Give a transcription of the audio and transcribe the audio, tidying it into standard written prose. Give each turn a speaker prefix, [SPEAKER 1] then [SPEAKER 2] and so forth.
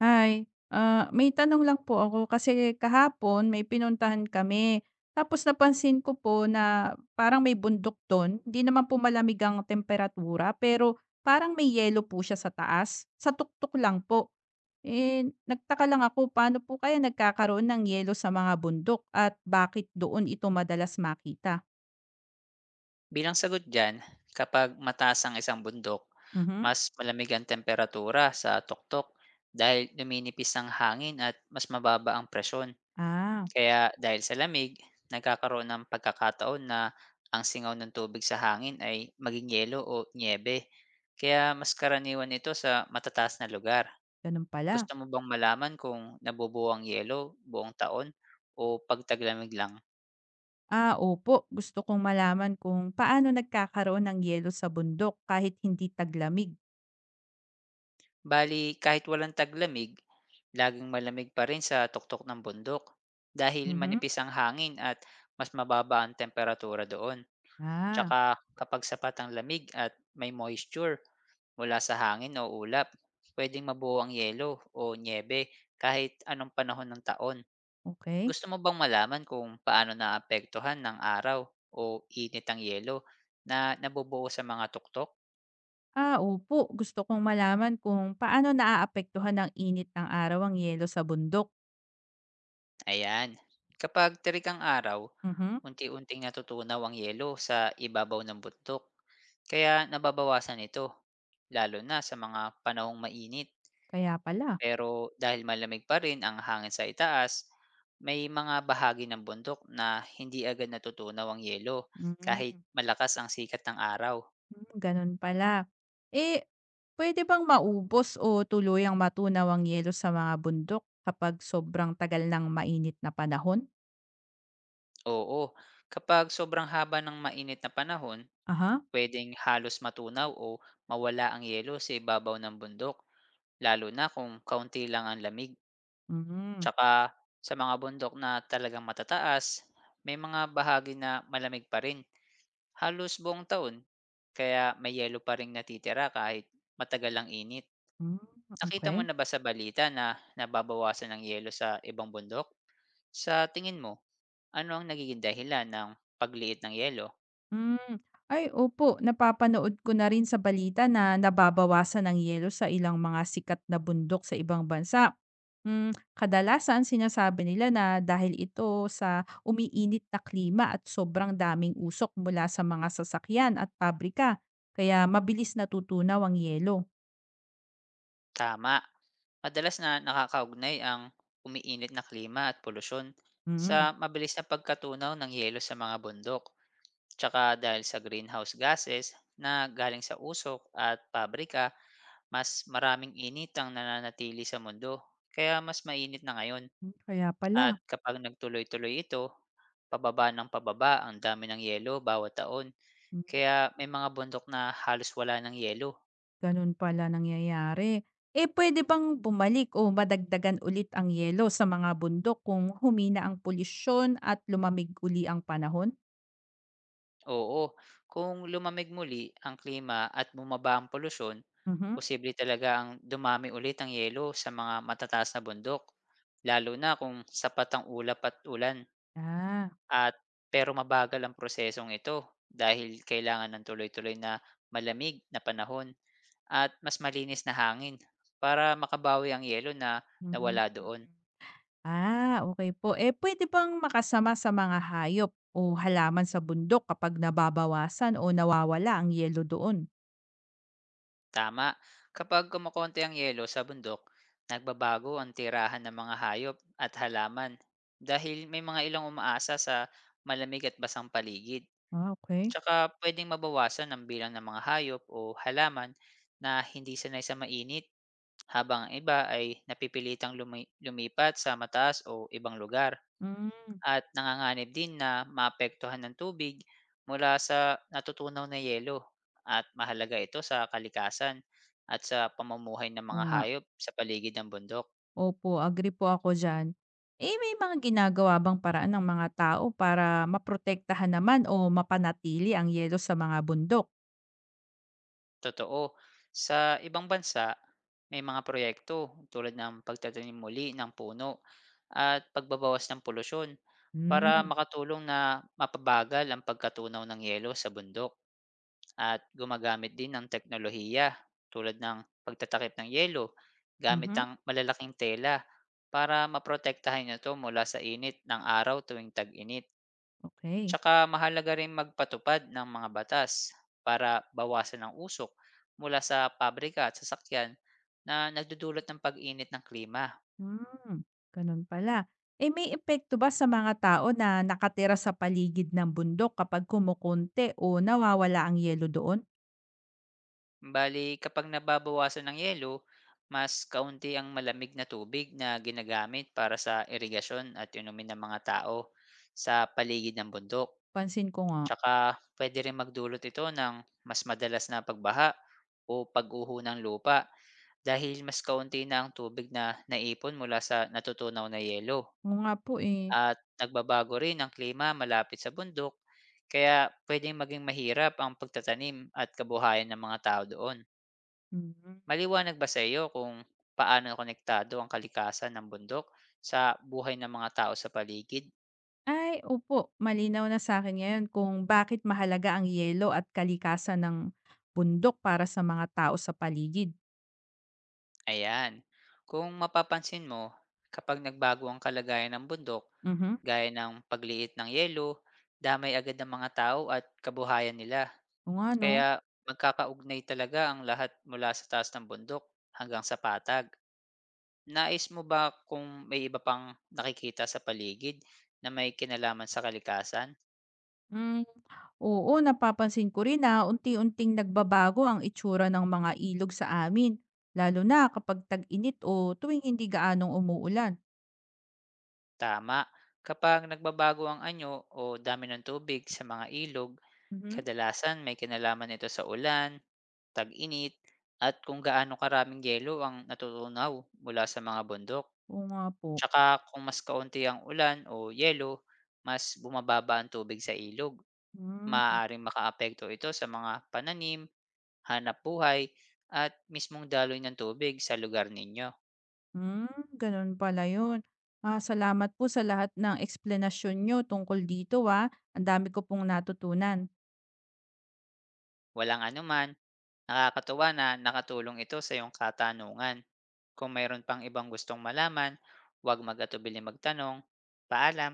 [SPEAKER 1] Hi, may tanong lang po ako kasi kahapon may pinuntahan kami. Tapos napansin ko po na parang may bundok doon. Hindi naman po malamig ang temperatura pero parang may yelo po siya sa taas. Sa tuktok lang po. Eh, nagtaka lang ako paano po kaya nagkakaroon ng yelo sa mga bundok at bakit doon ito madalas makita.
[SPEAKER 2] Bilang sagot diyan, kapag mataas ang isang bundok,
[SPEAKER 1] Mhm.
[SPEAKER 2] mas malamig ang temperatura sa tuktok dahil numinipis ang hangin at mas mababa ang presyon.
[SPEAKER 1] Ah,
[SPEAKER 2] Kaya dahil sa lamig, nagkakaroon ng pagkakataon na ang singaw ng tubig sa hangin ay maging yelo o nyebe. Kaya mas karaniwan ito sa matataas na lugar.
[SPEAKER 1] ganun pala.
[SPEAKER 2] Gusto mo bang malaman kung nabubuo ang yelo buong taon o pagtaglamig lang?
[SPEAKER 1] Ah, opo. Gusto kong malaman kung paano nagkakaroon ng yelo sa bundok kahit hindi taglamig.
[SPEAKER 2] Bali, kahit walang taglamig, laging malamig pa rin sa tuktok ng bundok dahil
[SPEAKER 1] Mhm.
[SPEAKER 2] manipis ang hangin at mas mababa ang temperatura doon.
[SPEAKER 1] Ah,
[SPEAKER 2] Tsaka kapag sapat ang lamig at may moisture mula sa hangin o ulap, pwedeng mabuo ang yelo o niebe kahit anong panahon ng taon.
[SPEAKER 1] okay.
[SPEAKER 2] Gusto mo bang malaman kung paano naapektuhan ng araw o init ang yelo na nabubuo sa mga tuktok?
[SPEAKER 1] Ah, opo, gusto kong malaman kung paano naaapektuhan ng init ng araw ang yelo sa bundok.
[SPEAKER 2] Ayan. Kapag tirik ang araw,
[SPEAKER 1] Mhm,
[SPEAKER 2] unti-unting natutunaw ang yelo sa ibabaw ng bundok. Kaya nababawasan ito, lalo na sa mga panahong mainit.
[SPEAKER 1] kaya pala.
[SPEAKER 2] Pero dahil malamig pa rin ang hangin sa itaas, may mga bahagi ng bundok na hindi agad natutunaw ang yelo kahit
[SPEAKER 1] Hmm,
[SPEAKER 2] malakas ang sikat ng araw.
[SPEAKER 1] gano'n pala. Eh, pwede bang maubos o tuluyang matunaw ang yelo sa mga bundok kapag sobrang tagal ng mainit na panahon?
[SPEAKER 2] Oo, kapag sobrang haba ng mainit na panahon,
[SPEAKER 1] Aha,
[SPEAKER 2] pwedeng halos matunaw o mawala ang yelo sa ibabaw ng bundok, lalo na kung kaunti lang ang lamig.
[SPEAKER 1] hmm,
[SPEAKER 2] Tsaka sa mga bundok na talagang matataas, may mga bahagi na malamig pa rin halos buong taon. Kaya may yelo pa rin natitira kahit matagal ang init.
[SPEAKER 1] hmm,
[SPEAKER 2] Nakita mo
[SPEAKER 1] okay.
[SPEAKER 2] na ba sa balita na nababawasan ang yelo sa ibang bundok? Sa tingin mo, ano ang nagiging dahilan ng pagliit ng yelo?
[SPEAKER 1] Hmm, ay opo, napapanood ko na rin sa balita na nababawasan ang yelo sa ilang mga sikat na bundok sa ibang bansa. Kadalasan sinasabi nila na dahil ito sa umiinit na klima at sobrang daming usok mula sa mga sasakyan at pabrika, kaya mabilis natutunaw ang yelo.
[SPEAKER 2] Tama, madalas na nakakaugnay ang umiinit na klima at polusyon sa
[SPEAKER 1] Hmm,
[SPEAKER 2] mabilis na pagkatunaw ng yelo sa mga bundok. Tsaka dahil sa greenhouse gases na galing sa usok at pabrika, mas maraming init ang nananatili sa mundo, kaya mas mainit na ngayon.
[SPEAKER 1] kaya pala.
[SPEAKER 2] At kapag nagtuloy-tuloy ito, pababa ng pababa ang dami ng yelo bawat taon,
[SPEAKER 1] Hmm.
[SPEAKER 2] kaya may mga bundok na halos wala ng yelo.
[SPEAKER 1] Ganun pala nangyayari. Eh, puwede bang bumalik o madagdagan ulit ang yelo sa mga bundok kung humina ang polusyon at lumamig uli ang panahon?
[SPEAKER 2] Oo, kung lumamig muli ang klima at bumaba ang polusyon,
[SPEAKER 1] Mhm.
[SPEAKER 2] posible talaga ang dumami ulit ang yelo sa mga matataas na bundok, lalo na kung sapat ang ulap at ulan,
[SPEAKER 1] Ah,
[SPEAKER 2] at pero mabagal ang prosesong ito dahil kailangan ng tuloy-tuloy na malamig na panahon at mas malinis na hangin para makabawi ang yelo na
[SPEAKER 1] hmm.
[SPEAKER 2] nawala doon.
[SPEAKER 1] Ah, okay po. Eh, puwede bang makasama sa mga hayop o halaman sa bundok kapag nababawasan o nawawala ang yelo doon?
[SPEAKER 2] Tama. Kapag kumukonti ang yelo sa bundok, nagbabago ang tirahan ng mga hayop at halaman dahil may mga ilang umaasa sa malamig at basang paligid.
[SPEAKER 1] Ah, okay.
[SPEAKER 2] Tsaka pwedeng mabawasan ang bilang ng mga hayop o halaman na hindi sanay sa mainit, habang ang iba ay napipilitang lumipat sa mataas o ibang lugar,
[SPEAKER 1] Hmm,
[SPEAKER 2] at nanganganib din na maapektuhan ng tubig mula sa natutunaw na yelo, at mahalaga ito sa kalikasan at sa pamumuhay ng
[SPEAKER 1] oo
[SPEAKER 2] mga
[SPEAKER 1] nga.
[SPEAKER 2] hayop sa paligid ng bundok.
[SPEAKER 1] Opo, agree po ako diyan. Eh, may mga ginagawa bang paraan ng mga tao para maprotektahan naman o mapanatili ang yelo sa mga bundok?
[SPEAKER 2] Totoo, sa ibang bansa, may mga proyekto tulad ng pagtatanim muli ng puno at pagbabawas ng polusyon para
[SPEAKER 1] Hmm,
[SPEAKER 2] makatulong na mapabagal ang pagkatunaw ng yelo sa bundok, at gumagamit din ng teknolohiya tulad ng pagtatakip ng yelo gamit
[SPEAKER 1] mhm,
[SPEAKER 2] ang malalaking tela para maprotektahan ito mula sa init ng araw tuwing tag-init.
[SPEAKER 1] okay.
[SPEAKER 2] Tsaka mahalaga rin magpatupad ng mga batas para bawasan ang usok mula sa pabrika at sasakyan na nagdudulot ng pag-init ng klima.
[SPEAKER 1] Hmm, gano'n pala. Eh, may epekto ba sa mga tao na nakatira sa paligid ng bundok kapag kumukonti o nawawala ang yelo doon?
[SPEAKER 2] Bali, kapag nababawasan ng yelo, mas kaunti ang malamig na tubig na ginagamit para sa irigasyon at inumin ng mga tao sa paligid ng bundok.
[SPEAKER 1] Pansin ko nga.
[SPEAKER 2] Tsaka pwede rin magdulot ito ng mas madalas na pagbaha o pag-uho ng lupa dahil mas kaunti na ang tubig na naipon mula sa natutunaw na yelo.
[SPEAKER 1] Oo nga po, eh.
[SPEAKER 2] At nagbabago rin ang klima malapit sa bundok, kaya pwedeng maging mahirap ang pagtatanim at kabuhayan ng mga tao doon.
[SPEAKER 1] Mhm.
[SPEAKER 2] Maliwanag ba sa iyo kung paano konektado ang kalikasan ng bundok sa buhay ng mga tao sa paligid?
[SPEAKER 1] Ay, opo. Malinaw na sa akin ngayon kung bakit mahalaga ang yelo at kalikasan ng bundok para sa mga tao sa paligid.
[SPEAKER 2] Ayan. Kung mapapansin mo, kapag nagbago ang kalagayan ng bundok,
[SPEAKER 1] Mhm,
[SPEAKER 2] gaya ng pagliit ng yelo, damay agad ng mga tao at kabuhayan nila.
[SPEAKER 1] oo nga 'no.
[SPEAKER 2] Kaya magkakaugnay talaga ang lahat mula sa taas ng bundok hanggang sa patag. Nais mo ba kung may iba pang nakikita sa paligid na may kinalaman sa kalikasan?
[SPEAKER 1] Hmm, oo napapansin ko rin na unti-unting nagbabago ang itsura ng mga ilog sa amin, lalo na kapag tag-init o tuwing hindi gaanong umuulan.
[SPEAKER 2] Tama. Kapag nagbabago ang anyo o dami ng tubig sa mga ilog,
[SPEAKER 1] Mhm,
[SPEAKER 2] kadalasan may kinalaman ito sa ulan, tag-init, at kung gaano karaming yelo ang natutunaw mula sa mga bundok.
[SPEAKER 1] oo nga po.
[SPEAKER 2] Tsaka kung mas kaunti ang ulan o yelo, mas bumababa ang tubig sa ilog.
[SPEAKER 1] Hmm,
[SPEAKER 2] Maaaring makaapekto ito sa mga pananim, hanap buhay, at mismong daloy ng tubig sa lugar ninyo.
[SPEAKER 1] gano'n pala 'yun. Ah, salamat po sa lahat ng eksplanasyon niyo tungkol dito, ah. Ang dami ko pong natutunan.
[SPEAKER 2] Walang anuman, nakakatuwa na nakatulong ito sa iyong katanungan. Kung mayroon pang ibang gustong malaman, huwag magatubili magtanong. Paalam!